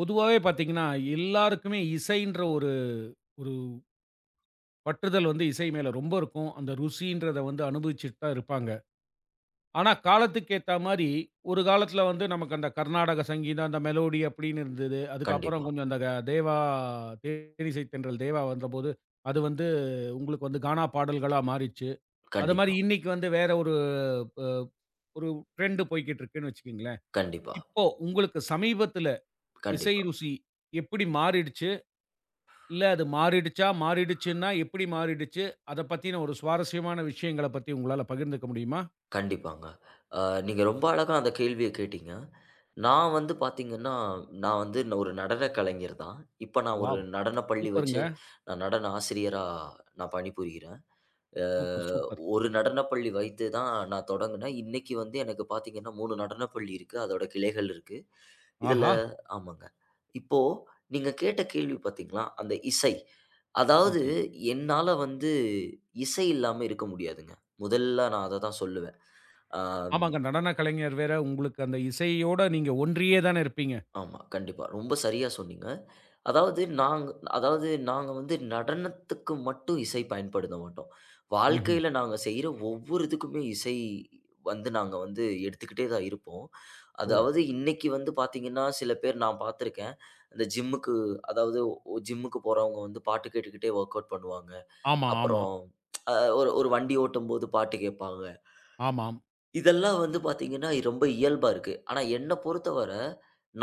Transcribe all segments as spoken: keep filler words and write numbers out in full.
பொதுவாவே பார்த்தீங்கன்னா, எல்லாருக்குமே இசைன்ற ஒரு ஒரு பற்றுதல் வந்து இசை மேல ரொம்ப இருக்கும். அந்த ருசின்றத வந்து அனுபவிச்சுட்டு தான் இருப்பாங்க. ஆனா, காலத்துக்கு ஏத்தா மாரி, ஒரு காலத்துல வந்து நமக்கு அந்த கர்நாடக சங்கீதம், அந்த மெலோடி அப்படின்னு இருந்தது. அதுக்கப்புறம் கண்டிப்பா, கொஞ்சம் அந்த க தேவா தேனிசை தென்றல் தேவா வந்தபோது, அது வந்து உங்களுக்கு வந்து கானா பாடல்களா மாறிச்சு. அது மாரி கண்டிப்பா, இன்னைக்கு வந்து வேற ஒரு ப ஒரு ட்ரெண்ட் போய்க்கிட்டு இருக்குன்னு வச்சுக்கங்களேன். கண்டிப்பா, இப்போ உங்களுக்கு சமீபத்துல இசை கண்டிப்பா, ருசி எப்படி மாறிடுச்சு? இல்ல அது மாறிடுச்சா? மாறிடுச்சுன்னா எப்படி மாறிடுச்சு? அத பத்தின ஒரு சுவாரஸ்யமான விஷயங்கள பத்தி உங்களால பகிர்ந்துக்க முடியுமா? கண்டிப்பாங்க. அ நீங்க ரொம்ப அழகா அந்த கேள்விய கேட்டீங்க. நான் வந்து பார்த்தீங்கன்னா, நான் வந்து ந- ஒரு நடன கலைஞர் தான். இப்ப நான் ஒரு வாவ்! நடன பள்ளி சூப்பருங்க. வச்சு, நான் நடன ஆசிரியரா நான் பணிபுரிகிறேன். அ சூப்பர், சூப்பர். ஒரு நடன பள்ளி வைத்து தான் நான் தொடங்குனேன். இன்னைக்கு வந்து எனக்கு பார்த்தீங்கன்னா மூன்று நடன பள்ளி இருக்கு. அதோட கிளைகள் இருக்கு. இதுல ஆஹா! ஆமாங்க. இப்போ நீங்க கேட்ட கேள்வி பார்த்தீங்களா, அந்த இசை. அதாவது இசை. என்னால வந்து இசை இல்லாம இருக்க முடியாதுங்க. முதல்ல நான் அததான் சொல்லுவேன். ஆ. ஆமாங்க. நடன கலைஞர் வேற, உங்களுக்கு அந்த இசையோட நீங்க ஒன்றியே தானே இருப்பீங்க. ஆமா. கண்டிப்பா. ரொம்ப சரியா சொன்னீங்க. அதாவது நாங்க அதாவது நாங்க வந்து நடனத்துக்கு மட்டும் இசை பயன்படுத்த மாட்டோம். ம்ஹ்ம். வாழ்க்கையில நாங்க செய்ற ஒவ்வொரு இதுக்குமே இசை வந்து நாங்க வந்து எடுத்துக்கிட்டே தான் இருப்போம். ஓ! அதாவது இன்னைக்கு வந்து பார்த்தீங்கன்னா, சில பேர் நான் பார்த்துருக்கேன். இந்த ஜிம்முக்கு அதாவது ஒ ஜிம்முக்கு போறவங்க வந்து பாட்டு கேட்டுக்கிட்டே வொர்க் அவுட் பண்ணுவாங்க. ஆமா, ஆமா. அப்புறம் அ ஒரு ஒரு வண்டி ஓட்டும்போது பாட்டு கேட்பாங்க. ஆமாம். இதெல்லாம் வந்து பார்த்தீங்கன்னா, ரொம்ப இயல்பா இருக்கு. ஆனா என்ன பொறுத்தவர,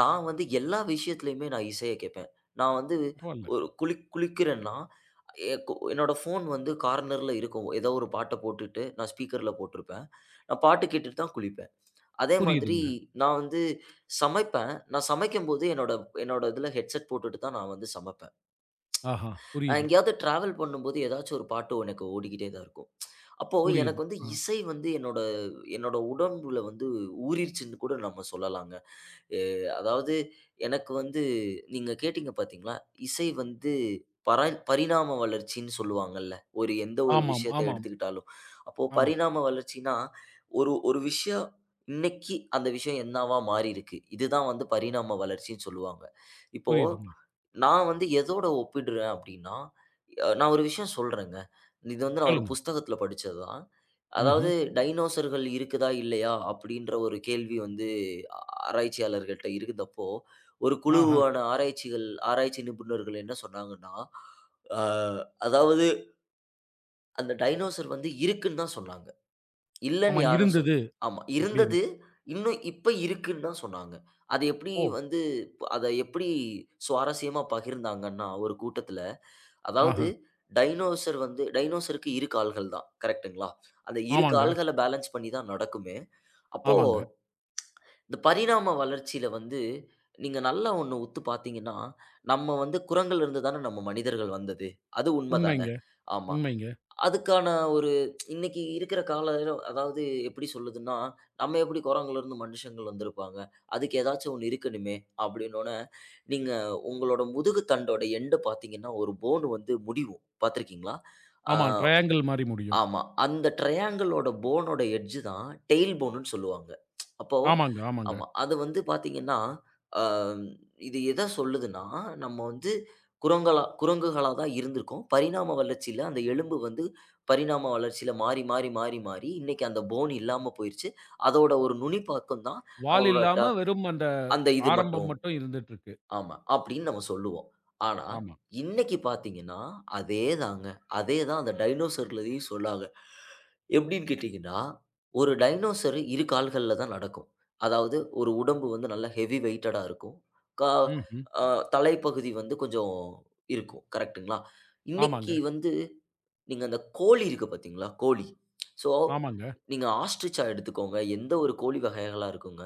நான் வந்து எல்லா விஷயத்திலயுமே நான் இசைய கேட்பேன். நான் வந்து பரவால்ல. ஒரு குளி குளிக்கிறேன்னா, எ கு என்னோட ஃபோன் வந்து கார்னர்ல இருக்கும். ஏதோ ஒரு பாட்ட போட்டுட்டு, நான் ஸ்பீக்கர்ல போட்டிருப்பேன். நான் பாட்டு கேட்டுட்டு தான் குளிப்பேன். அதே மாதிரி புரியுதுங்க. நான் வந்து சமைப்பேன். நான் சமைக்கும்போது என்னோட என்னோட இதில ஹெட்செட் போட்டுட்டு தான் நான் வந்து சமைப்பேன். ஆஹா! நான் புரியுது, எங்கேயாவது ட்ராவல் பண்ணும்போது ஏதாச்சும் ஒரு பாட்டு எனக்கு ஓடிக்கிட்டே தான் இருக்கும். அப்போ எனக்கு புரியுது. வந்து ஆ. இசை வந்து என்னோட என்னோட உடம்புல வந்து ஊறிருச்சுன்னு கூட நம்ம சொல்லலாங்க. எ அதாவது எனக்கு வந்து நீங்க கேட்டீங்க பார்த்தீங்களா? இசை வந்து பரன் பரிணாம வளர்ச்சின்னு சொல்லுவாங்கல்ல. ஒரு எந்த ஒரு ஆமாம், விஷயத்த ஆமாம், எடுத்துக்கிட்டாலும். அப்போ ஆமா. பரிணாம வளர்ச்சின்னா, ஒரு ஒரு விஷயம் இன்னைக்கு அந்த விஷயம் என்னவா மாறியிருக்கு. இதுதான் வந்து பரிணாம வளர்ச்சின்னு சொல்லுவாங்க. இப்போ புரியுதுங்க. நான் வந்து எதோட ஒப்பிடுறேன் அப்படின்னா, அ நான் ஒரு விஷயம் சொல்றேங்க. இது வந்து நான் ஒரு சொல்லுங்க. புஸ்தகத்தில படிச்சது தான். அதாவது ம்ஹ்ம். டைனோசர்கள் இருக்குதா, இல்லையா அப்படின்ற ஒரு கேள்வி வந்து ஆ ஆராய்ச்சியாளர்கள்ட்ட இருந்தப்போ, ஒரு ஆஹா! குழுவான ஆராய்ச்சிகள் ஆராய்ச்சி நிபுணர்கள் என்ன சொன்னாங்கன்னா, அ அதாவது அந்த டைனோசர் வந்து இருக்குன்னு தான் சொன்னாங்க. இல்லன்னு ஆமா, யாரும் சொல் இருந்தது ஆமா. அப்படின்னு. இருந்தது. இன்னும் இப்ப இருக்குன்னு தான் சொன்னாங்க. அது எப்படி ஓ! வந்து அத எப்படி சுவாரஸ்யமா பகிர்ந்தாங்கன்னா, ஒரு கூட்டத்தில அதாவது ஆஹா! டைனோசர் வந்து டைனோசருக்கு இரு கால்கள் தான். கரெக்ட்டுங்களா? அந்த இரு ஆமாங்க, கால்கள பேலன்ஸ் பண்ணி தான் நடக்குமே. அப்போ ஆமாங்க. இந்த பரிணாம வளர்ச்சியில வந்து நீங்க நல்லா ஒண்ணு உத்து பார்த்தீங்கன்னா, நம்ம வந்து குரங்கிலிருந்து தான நம்ம மனிதர்கள் வந்தது. அது உண்ம தான? உண்மைங்க, ஆமா. உண்மைங்க. அதுக்கான ஒரு இன்னைக்கு இருக்கிற காலம் அதாவது எப்படி சொல்லுதுன்னா, நம்ம எப்படி குரங்குலருந்து மனுஷங்கள் வந்திருப்பாங்க. அதுக்கு ஏதாச்சும் ஒண்ணு இருக்கணுமே அப்படின்னோனே, நீங்க உங்களோட முதுகு தண்டோட எண்ட் பார்த்தீங்கன்னா, ஒரு போன் வந்து முடிவும். பார்த்துருக்கீங்களா? ஆ. ஆமா. ட்ரையாங்கிள் மாரி முடியும். ஆமா. அந்த ட்ரையாங்கிளோட போனோட எட்ஜ் தான் டெயில் போனுன்னு சொல்லுவாங்க. அப்போ ஆமாங்க, ஆமாங்க. ஆமா. அது வந்து பார்த்தீங்கன்னா, அ இது எத சொல்லுதுன்னா, நம்ம வந்து குரங்களா குரங்குகளா தான் இருந்திருக்கோம். பரிணாம வளர்ச்சியில அந்த எலும்பு வந்து பரிணாம வளர்ச்சியில மாறி, மாறி, மாறி, மாறி இன்னைக்கு அந்த போன் இல்லாம போயிருச்சு. அதோட ஒரு நுனிப்பாக்கம் தான் வால் நம்மளோட ட இல்லாம வெறும் அந்த அந்த இது ஆரம்பம் மட்டும். மட்டும் இருந்துட்டுருக்கு. ஆமா. அப்படின்னு நம்ம சொல்லுவோம். ஆனா, ஆமா. இன்னைக்கு பார்த்தீங்கன்னா, அதேதாங்க. அதேதான் அந்த டைனோசர்லயும் சொன்னாங்க. எப்படின்னு கேட்டீங்கன்னா, ஒரு டைனோசர் இரு கால்கள்ல தான் நடக்கும். அதாவது ஒரு உடம்பு வந்து நல்லா ஹெவி வெயிட்டடா இருக்கும். கா ம்ஹ்ம். அ தலைப்பகுதி வந்து கொஞ்சம் இருக்கும். கரெக்ட்டுங்களா? ஆமாங்க, இன்னைக்கு வந்து நீங்க அந்த கோழி இருக்கு பார்த்தீங்களா? கோழி. ஸோ, ஆமாங்க, நீங்க ஆஸ்ட்ரிச்சா எடுத்துக்கோங்க. எந்த ஒரு கோழி வகைகளா இருக்குங்க.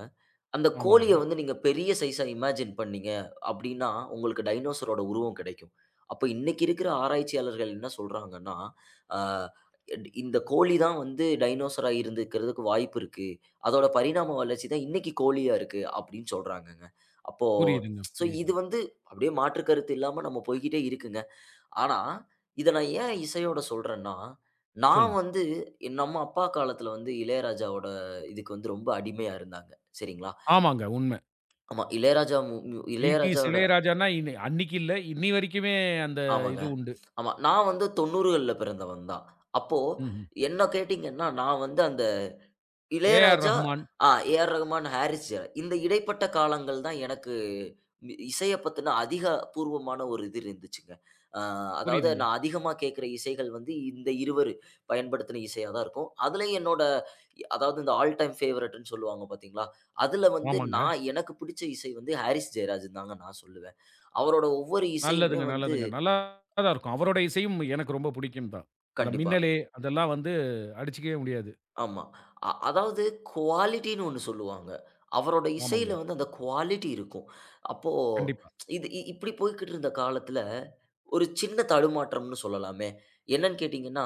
அந்த ஆமாங்க. கோழிய வந்து நீங்க பெரிய சைஸா இமேஜின் பண்ணீங்க அப்டின்னா, உங்களுக்கு டைனோசரோட உருவம் கிடைக்கும். அப்ப இன்னைக்கு இருக்கிற ஆராய்ச்சியாளர்கள் என்ன சொல்றாங்கன்னா, ஆ எட் இந்த கோழி தான் வந்து டைனோசரா இருந்துக்கிறதுக்கு வாய்ப்பு இருக்கு. அதோட பரிணாம வளர்ச்சி தான் இன்னைக்கு கோழியா இருக்கு அப்டின்னு சொல்றாங்கங்க. அப்போ புரியுதுங்க, ஸோ இது புரியுதுங்க. வந்து அப்டியே மாற்று கருத்து இல்லாம நம்ம போய்க்கிட்டே இருக்குங்க. ஆனா, இத நான் ஏன் இசையோட சொல்றேன்னா, நான் சொல்லுங்க. வந்து என் நம்ம அப்பா காலத்துல வந்து இளையராஜாவோட இதுக்கு வந்து ரொம்ப அடிமையா இருந்தாங்க. சரிங்களா? ஆமாங்க உண்ம. ஆமா. இளையராஜா மு மு எய்ட்டீஸ் இளையராஜாவோட இளையராஜான்னா இன்ன அன்னைக்கு இல்ல, இன்னி வரைக்குமே அந்த ஆமாங்க. இது உண்டு. ஆமா. நான் வந்து தொண்ணூறுகள்ல பிறந்தவன் தான். அப்போ ம்ஹ்ம். என்ன கேட்டீங்கன்னா, நான் வந்து அந்த ஏ.ஆர். இளையராஜா, ரஹ்மான். ஆ ஏ.ஆர். ரகுமான், ஹாரிஸ் ஜெயராஜ். இந்த இடைப்பட்ட காலங்கள் தான் எனக்கு மி இசைய பத்தின அதிகாபூர்வமான ஒரு இது இருந்துச்சுங்க. அ அதாவது புரியுதுங்க. நான் அதிகமா கேட்கிற இசைகள் வந்து இந்த இருவரு பயன்படுத்தின இசையா தான் இருக்கும். அதுலயும் என்னோட இ- அதாவது இந்த ஆல் டைம் ஃபேவரைட்ன்னு சொல்லுவாங்க பார்த்தீங்களா, அதுல வந்து ஆமாங்க. நான் எனக்கு பிடிச்ச இசை வந்து ஹாரிஸ் ஜெயராஜ்ன்னு தாங்க நான் சொல்லுவேன். அவரோட ஒவ்வொரு இசையுமே நல்லதுங்க, வந்து நல்லதுங்க. நல்லா தான் இருக்கும். அவரோட இசையும் எனக்கு ரொம்ப பிடிக்கும் தான். அந்த கண்டிப்பா. மின்னலே அதெல்லாம் வந்து அடிச்சுக்கவே முடியாது. ஆமா. அ அதாவது குவாலிட்டின்னு ஒண்ணு சொல்லுவாங்க. அவரோட ஆமாங்க. இசையில வந்து அந்த குவாலிட்டி இருக்கும். அப்போ கண்டிப்பா. இது இ இப்படி போய்க்கிட்டு இருந்த காலத்தில, ஒரு சின்ன தடுமாற்றம்னு சொல்லலாமே. என்னன்னு கேட்டீங்கன்னா,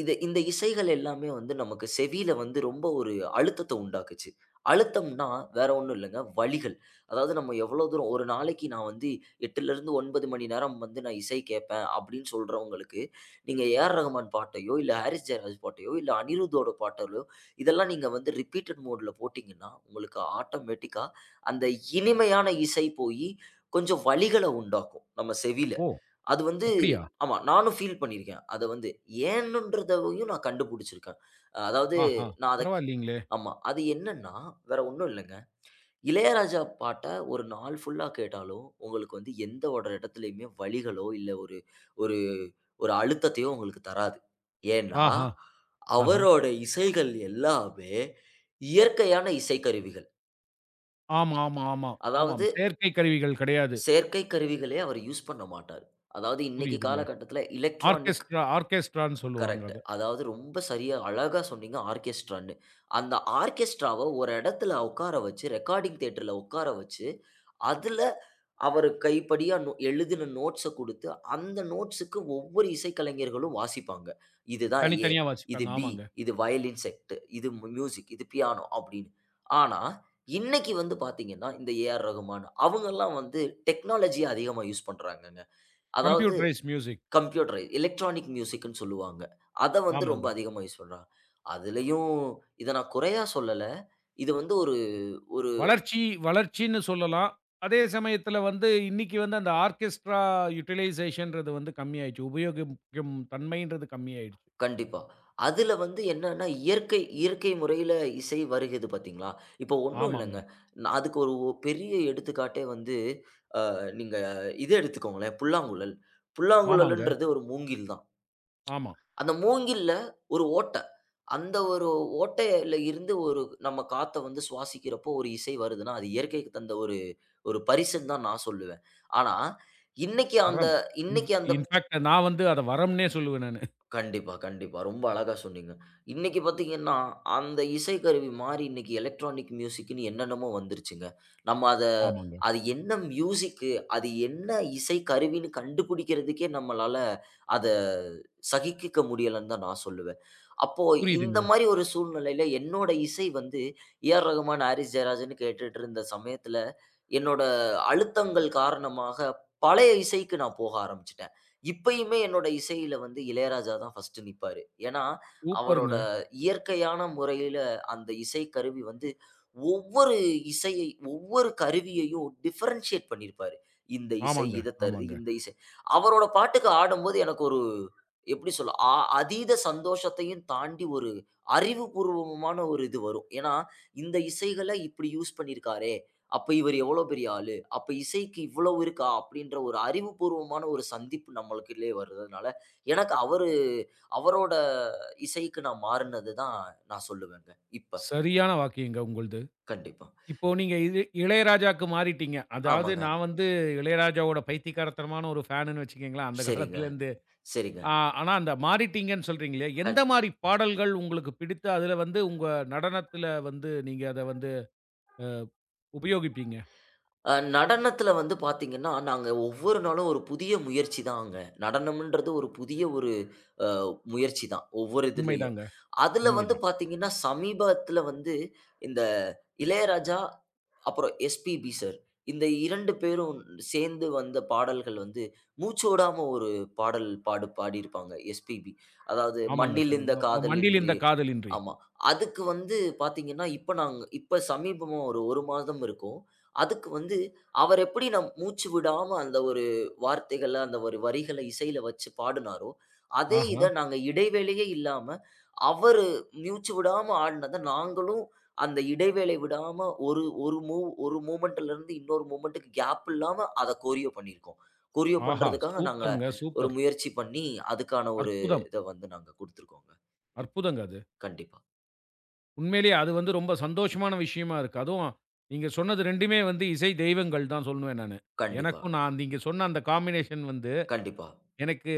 இது இந்த இசைகள் எல்லாமே வந்து நமக்கு செவியில வந்து ரொம்ப ஒரு அழுத்தத்த உண்டாக்குச்சு. அழுத்தம்ன்னா வேற ஒண்ணும் இல்லங்க. வலிகள். அதாவது நம்ம எவ்வளோ தூரம் ஒரு நாளைக்கு நான் வந்து எட்டிலிருந்து ஒன்பது மணி நேரம் வந்து நான் இசை கேட்பேன் அப்படின்னு சொல்றவங்களுக்கு, நீங்க ஏஆர் ரஹ்மான் பாட்டையோ, இல்ல ஹாரிஸ் ஜெயராஜ் பாட்டையோ, இல்ல அனிருத்தோட பாட்டாலோ இதெல்லாம் நீங்க வந்து ரிப்பீட்டட் மோடுல போட்டீங்கன்னா, உங்களுக்கு ஆட்டோமேட்டிக்கா அந்த இனிமையான இசை போயி கொஞ்சம் வலிகள உண்டாக்கும் நம்ம செவியில. ஓ! அது வந்து அப்படியா? ஆமா, நானும் ஃபீல் பண்ணியிருக்கேன். அத வந்து ஏன்னுன்றதையும் நான் கண்டுபிடிச்சிருக்கேன். அஹ் அதாவது ஆஹா! நான் அத க் பரவாயில்லைங்களே! ஆமா. அது என்னன்னா, வேற ஒண்ணும் இல்லங்க. இளையராஜா பாட்ட ஒரு நாள் ஃபுல்லா கேட்டாலும், உங்களுக்கு வந்து எந்த ஒரு இடத்துலயுமே வலிகளோ, இல்ல ஒரு ஒரு ஒரு அழுத்தத்தையோ உங்களுக்கு தராது. ஏன்னா, ஆஹா! ஆஹா. அவரோட இசைகள் எல்லாமே இயற்கையான இசைக்கருவிகள். ஆமா, ஆமா, ஆமா. ஆமாம். அதாவது, செயற்கை கருவிகள் கிடையாது. செயற்கை கருவிகளே அவர் யூஸ் பண்ண மாட்டாரு. அதாவது இன்னைக்கு புரியுதுங்க. காலகட்டத்தில எலக்ட்ரானிக் ஆர்கெஸ்ட்ரா ஆர்கெஸ்ட்ரான்னு சொல்லுவாங்க கரெக்ட். அத. அதாவது ரொம்ப சரியா, அழகா சொன்னீங்க ஆர்கெஸ்ட்ரான்னு. அந்த ஆர்கெஸ்ட்ராவ ஒரு இடத்துல உட்கார வச்சு, ரெக்கார்டிங் தியேட்டர்ல உட்கார வச்சு, அதுல அவரு கைப்படியா நோ எழுதின நோட்ஸ குடுத்து, அந்த நோட்ஸுக்கு ஒவ்வொரு இசைக்கலைஞர்களும் வாசிப்பாங்க. இதுதான் ஏ, தனித்தனியா இது வாசிப்பாங்க. பி, ஆமாங்க. இது வயலின் செக்ட், இது மியூசிக், இது பியானோ அப்படின்னு. ஆனா, இன்னைக்கு வந்து பார்த்தீங்கன்னா, இந்த ஏ.ஆர். ரகுமான் அவங்கலாம் வந்து டெக்னாலஜிய அதிகமா யூஸ் பண்றாங்கங்க. அதாவது கம்ப்யூட்டரைஸ்ட் மியூசிக். கம்ப்யூட்டரைஸ் எலக்ட்ரானிக் மியூசிக்ன்னு சொல்லுவாங்க. அத வந்து ரொம்ப ஆமாங்க. அதிகமா யூஸ் பண்றாங்க. அதுலயும் இத நான் குறையா சொல்லல. இது வந்து ஒரு ஒரு வளர்ச்சி வளர்ச்சின்னு சொல்லலாம். அதே சமயத்தில வந்து இன்னைக்கு வந்து அந்த ஆர்கெஸ்ட்ரா யுட்டிலைசேஷன்றது வந்து கம்மியாயிடுச்சு. உபயோகிக்கும் தன்மைன்றது கம்மியாயிடுச்சு. கண்டிப்பா. அதுல வந்து என்னன்னா இயற்கை இயற்கை முறையில இசை வருகுது பார்த்தீங்களா? இப்போ ஒண்ணும் ஆமாங்க, இல்லங்க. நான் அதுக்கு ஒரு ஒ- பெரிய எடுத்துக்காட்டே வந்து அ நீங்க இது எடுத்துக்கோங்களேன் புல்லாங்குழல். ஆமாங்க, புல்லாங்குழல்ன்றது ஒரு மூங்கில் தான். ஆமா. அந்த மூங்கில்ல ஒரு ஓட்ட அந்த ஒரு ஓட்டையில இருந்து ஒரு நம்ம காத்த வந்து சுவாசிக்கிறப்போ ஒரு இசை வருதுன்னா, அது இயற்கைக்கு தந்த ஒரு ஒரு பரிசுன்னு தான் நான் சொல்லுவேன். ஆனா, இன்னைக்கு அந்த வரம். இன் இன்னைக்கு அந்த இன்ஃபாக்ட் நான் வந்து அத வரம்ன்னே சொல்லுவேன் நானு. கண்டிப்பா, கண்டிப்பா. ரொம்ப அழகா சொன்னீங்க. இன்னைக்கு பார்த்தீங்கன்னா, அந்த இசைக்கருவி மாறி இன்னைக்கு எலக்ட்ரானிக் மியூசிக்ன்னு என்னென்னமோ வந்துருச்சுங்க. நம்ம அத ஆமாங்க. அது என்ன மியூசிக்கு, அது என்ன இசைக்கருவின்னு கண்டுபிடிக்கிறதுக்கே நம்மளால அத சகிக்க முடியலன்னு தான் நான் சொல்லுவேன். அப்போ இந்த புரியுதுங்க. மாரி ஒரு சூழ்நிலையில என்னோட இசை வந்து ஏஆர் ரகுமான், ஹாரிஸ் ஜெயராஜன்னு கேட்டுட்டு இருந்த சமயத்துல, என்னோட அழுத்தங்கள் காரணமாக பழைய இசைக்கு நான் போக ஆரம்பிச்சுட்டேன். இப்பயுமே என்னோட இசையில வந்து இளையராஜா தான் ஃபர்ஸ்ட்டு நிப்பாரு. ஏன்னா, அவரோட சூப்பருங்க. இயற்கையான முறையில அந்த இசை கருவி வந்து ஒவ்வொரு இசையை, ஒவ்வொரு கருவியையும் டிஃபரன்ஷியேட் பண்ணியிருப்பாரு. இந்த இசை ஆமாங்க, இத தருது, ஆமாங்க. இந்த இசை அவரோட பாட்டுக்கு ஆடும்போது எனக்கு ஒரு எப்படி சொல்ல? அ அதீத சந்தோஷத்தையும் தாண்டி ஒரு அறிவுபூர்வமான ஒரு இது வரும். ஏன்னா, இந்த இசைகள இப்படி யூஸ் பண்ணியிருக்காரே! அப்ப இவர் எவ்வளோ பெரிய ஆளு? அப்ப இசைக்கு இவ்வளவு இருக்கா? அப்படின்ற ஒரு அறிவுபூர்வமான ஒரு சந்திப்பு நம்மளுக்குள்ளே வர்றதுனால, எனக்கு அவரு அவரோட இசைக்கு நான் மாறுனது தான் நான் சொல்லுவேங்க. இப்ப. சரியான வாக்கியங்க உங்கள்து. கண்டிப்பா. இப்போ நீங்க இது இளையராஜாக்கு மாறிட்டீங்க. அதாவது ஆமாங்க. நான் வந்து இளையராஜாவோட பைத்தியக்காரத்தனமான ஒரு ஃபேனுன்னு வச்சுக்கங்களேன். அந்த சரிங்க, காலத்துலேருந்து. சரிங்க. ஆ ஆனா அந்த மாறிட்டீங்கன்னு சொல்றீங்களே, கண் எந்த மாரி பாடல்கள் உங்களுக்கு பிடித்து, அதில வந்து உங்க நடனத்தில வந்து நீங்க அத வந்து உபயோகிப்பீங்க? அ நடனத்தில வந்து பார்த்தீங்கன்னா, நாங்க ஒவ்வொரு நாளும் ஒரு புதிய முயற்சி தாங்க. நடனம்ன்றது ஒரு புதிய ஒரு அ முயற்சி தான். ஒவ்வொரு இதுலயும். உண்மைதாங்க. அதுல வந்து உண்மைதான். பார்த்தீங்கன்னா, சமீபத்தில வந்து இந்த இளையராஜா அப்புறம் எஸ்பிபி சார். இந்த இரண்டு பேரும் சேர்ந்து வந்த பாடல்கள் வந்து மூச்சோடாம ஒரு பாடல் பாடு பாடியிருப்பாங்க எஸ்பிபி. அதாவது ஆமாங்க மண்ணில் சார். இந்த ம ம காதல் இன்றே மண்டியிலிருந்த காதலின்றி. ஆமா. அதுக்கு வந்து பார்த்தீங்கன்னா, இப்ப நாங்க இப்ப சமீபமா ஒரு 1 மாதம் இருக்கும். அதுக்கு வந்து அவர் எப்படி நம் மூச்சு விடாம அந்த ஒரு வார்த்தைகள, அந்த ஒரு வரிகள இசையில வச்சு பாடுனாரோ, அதே ஆஹா! இத நாங்க இடைவேளையே இல்லாம அவரு மூச்சு விடாம ஆடினத நாங்களும் அந்த இடைவேளை விடாம ஒரு ஒரு மூவ் ஒரு மூவ்மெண்ட்ல இருந்து இன்னொரு மூவ்மெண்ட்க்கு கேப் இல்லாம அத கோரியோ பண்ணியிருக்கோம். கோரியோ ஆஹா! பண்றதுக்காக நாங்க சூப்பருங்க. ஒரு சூப்பர். முயற்சி பண்ணி, அதுக்கான ஒரு அற்புதம். இத வந்து நாங்க குடுத்துருக்கோங்க. இப்போ அற்புதங்க அது. கண்டிப்பா, உண்மையிலேயே அது வந்து ரொம்ப சந்தோஷமான விஷயமா இருக்கு. அதுவும் நீங்க சொன்னது ரெண்டுமே வந்து இசை தெய்வங்கள் தான் சொல்லுவேன் நானு. கண்டிப்பா, எனக்கும் நான் நீங்க சொன்ன அந்த காம்பினேஷன் வந்து, கண்டிப்பா, எனக்கு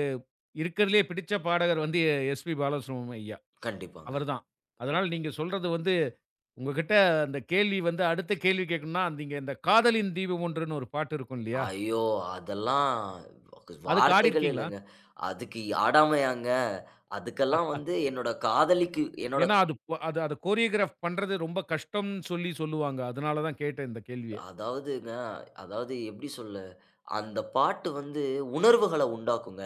இருக்கிறதிலேயே பிடிச்ச பாடகர் வந்து எஸ்பி பாலசுப்ரமணியம் ஐயா. கண்டிப்பாங்க. அவர் தான். க அதனால நீங்க சொல்றது வந்து உங்ககிட்ட அந்த கேள்வி வந்து அடுத்த கேள்வி கேட்கணும்னா, நீங்க இந்த காதலின் தீபம் ஒன்றுன்னு ஒரு பாட்டு இருக்கும் இல்லையா? ஐயோ! அதெல்லாம் அதுக்கு வார்த்தைகள் ஆடியிருக்கீங்களா? இல்லங்க. அதுக்கு ஆடாமையாங்க. அதுக்கெல்லாம் வந்து என்னோட காதலிக்கு என்னோட ஏன்னா அது ப- அது அத கோரியோகிராஃப் பண்றது ரொம்ப கஷ்டம்னு சொல்லி சொல்லுவாங்க. அதனால தான் கேட்டேன் இந்த கேள்விய. அதாவதுங்க அதாவது எப்படி சொல்ல அந்த பாட்டு வந்து உணர்வுகள உண்டாக்குங்க.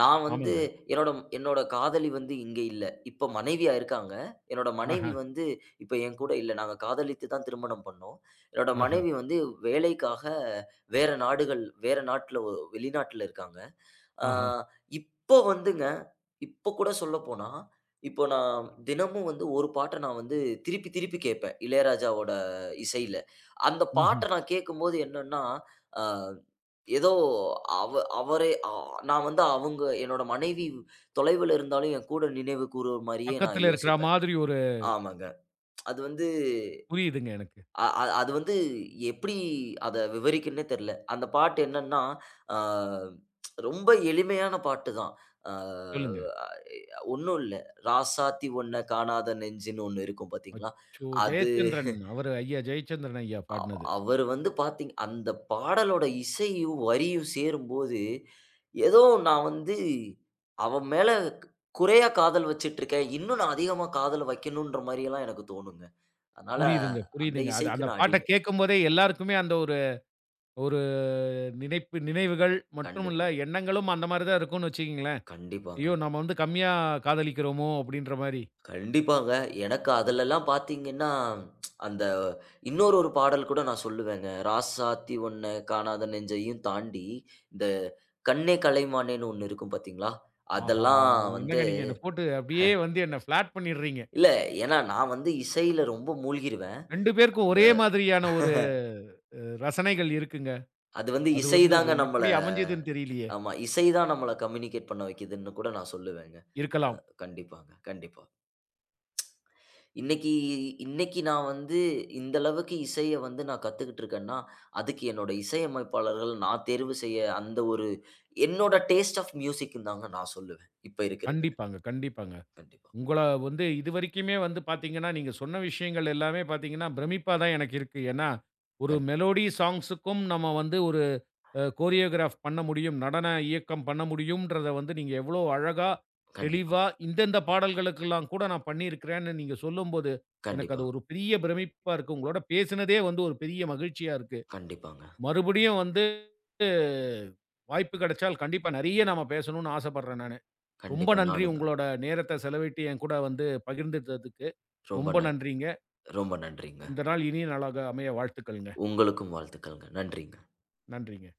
நான் வந்து ஆமாங்க. என்னோட என்னோட காதலி வந்து இங்க இல்ல. இப்ப மனைவியா இருக்காங்க. என்னோட மனைவி ஆஹ, வந்து இப்ப என் கூட இல்ல. நாங்க காதலித்து தான் திருமணம் பண்ணோம். என்னோட ஆஹ, மனைவி வந்து வேலைக்காக வேற நாடுகள் வேற நாட்ல வெளிநாட்ல இருக்காங்க. ஆ ஆஹ. இப்போ வந்துங்க, இப்போ கூட சொல்லப்போனா, இப்போ நான் தினமும் வந்து ஒரு பாட்ட நான் வந்து திருப்பி திருப்பி கேட்பேன். இளையராஜாவோட இசையில. அந்த ம்ஹ்ம். பாட்ட நான் கேட்கும்போது என்னன்னா, ஆ ஏதோ அவ அவரே அ நான் வந்து அவங்க என்னோட மனைவி தொலைவுல இருந்தாலும் என் கூட நினைவு கூர்ற மாரியே நான் பக்கத்துல இருக்கிற யோசிப்பேன். மாதிரி ஒரு ஆமாங்க. அது வந்து புரியுதுங்க எனக்கு. அ அ அது வந்து எப்படி அத விவரிக்கன்னே தெரியல. அந்த பாட்டு என்னன்னா, ஆ ரொம்ப எளிமையான பாட்டு தான். ஆ சொல்லுங்க. ஒண்ணும் இல்ல. "ராசாத்தி ஒன்ன காணாத நெஞ்சுன்னு" ஒண்ணு இருக்கும் பார்த்தீங்களா? அச்சோ! அது ஜெயச்சந்திரன். அவரு ஐயா ஜெயச்சந்திரன் ஐயா அ பாடுனது. அவரு வந்து பார்த்தீங் அந்த பாடலோட இசையும், வரியும் சேரும்போது, ஏதோ நான் வந்து அவன் மேல கு- குறையா காதல் வச்சுட்டுருக்கேன். இன்னும் நான் அதிகமா காதல் வைக்கணுன்ற மாரியெல்லாம் எனக்கு தோணுங்க. அதனால புரியுதுங்க, அந்த புரியுதுங்க. அது இசைக்கு அந்த நான் பாட்ட அடிமை. கேட்கும்போதே எல்லாருக்குமே அந்த ஒரு ஒரு நினைப்பு நினைவுகள் மற்றும் இல்ல கண்டிப்பா. எண்ணங்களும் அந்த மாரி தான் இருக்கும்னு வச்சுக்கங்களேன். கண்டிப்பாங்க. ஐயோ! நம்ம வந்து கம்மியா காதலிக்கிறோமோ! அப்பிடின்ற மாரி. கண்டிப்பாங்க. எனக்கு அதுலலாம் பார்த்தீங்கன்னா, அந்த இன்னொரு ஒரு பாடல் கூட நான் சொல்லுவேங்க. "ராசாத்தி ஒன்ன காணாத நெஞ்சையும் தாண்டி" இந்த "கண்ணே கலைமானேன்னு" ஒண்ணு இருக்கும் பார்த்தீங்களா? ஆஹா! அதெல்லாம் வந்து என்னங்க நீங்க என்ன போட்டு அப்பிடியே வந்து என்ன ஃப்ளாட் பண்ணிட்றீங்க. இல்ல ஏன்னா நான் வந்து இசையில ரொம்ப மூழ்கிருவேன். ரெண்டு பேருக்கும் அந்த ஒரே மாதிரியான ஒரு அ ரசனைகள் இருக்குங்க. அது வந்து அது இசை வந்து தாங்க நம்மள எப்பிடி அமைஞ்சதுன்னு தெரியலயே! ஆமா. இசை தான் நம்மள கம்யூனிகேட் பண்ண வைக்குதுன்னு கூட நான் சொல்லுவேங்க. இருக்கலாம். கண்டிப்பாங்க, கண்டிப்பா. இன்னைக்கு இன்னைக்கு நான் வந்து இந்த அளவுக்கு இசைய வந்து நான் கத்துக்கிட்டு இருக்கேன்னா, அதுக்கு என்னோட இசையமைப்பாளர்கள் நான் தேர்வு செய்ய அந்த ஒரு என்னோட டேஸ்ட் ஆஃப் மியூசிக்ன்னு தாங்க நான் சொல்லுவேன். இப்ப இருக்கிறதுல. கண்டிப்பாங்க, கண்டிப்பாங்க. கண்டிப்பா. உங்கள வந்து இதுவரைக்குமே வந்து பார்த்தீங்கன்னா, நீங்க சொன்ன விஷயங்கள் எல்லாமே பார்த்தீங்கன்னா, பிரமிப்பா தான் எனக்கு இருக்கு. ஏன்னா, ஒரு கண்டி மெலோடி சாங்ஸுக்கும் நம்ம வந்து ஒரு அ கோரியோகிராஃப் பண்ண முடியும். நடன இயக்கம் பண்ண முடியும்ன்றத வந்து நீங்க எவ்வளோ அழகா, கண்டிப்பா. தெளிவா இந்தந்த பாடல்களுக்கெல்லாம் கூட நான் பண்ணியிருக்கிறேன்னு நீங்க சொல்லும்போது, எனக்கு கண்டிப்பா. அது ஒரு பெரிய பிரமிப்பா இருக்கு. உங்களோட பேசினதே வந்து ஒரு பெரிய மகிழ்ச்சியா இருக்கு. கண்டிப்பாங்க. மறுபடியும் வந்து அஹ், வாய்ப்பு கிடைச்சால் கண்டிப்பா நெறைய நாம பேசணும்னு ஆசைப்படுறேன் நானு. ரொம்ப கண்டிப்பா. நன்றி நானும் தான். உங்களோட நேரத்த செலவிட்டு என் கூட வந்து பகிர்ந்துட்டதுக்கு. ரொம்ப ரொம்ப நன் நன்றிங்க. ரொம்ப நன்றிங்க. இந்த நாள் இனிய நாளாக அமைய வாழ்த்துக்கள்ங்க. உங்களுக்கும் வாழ்த்துக்கள்ங்க. நன்றிங்க. நன்றிங்க.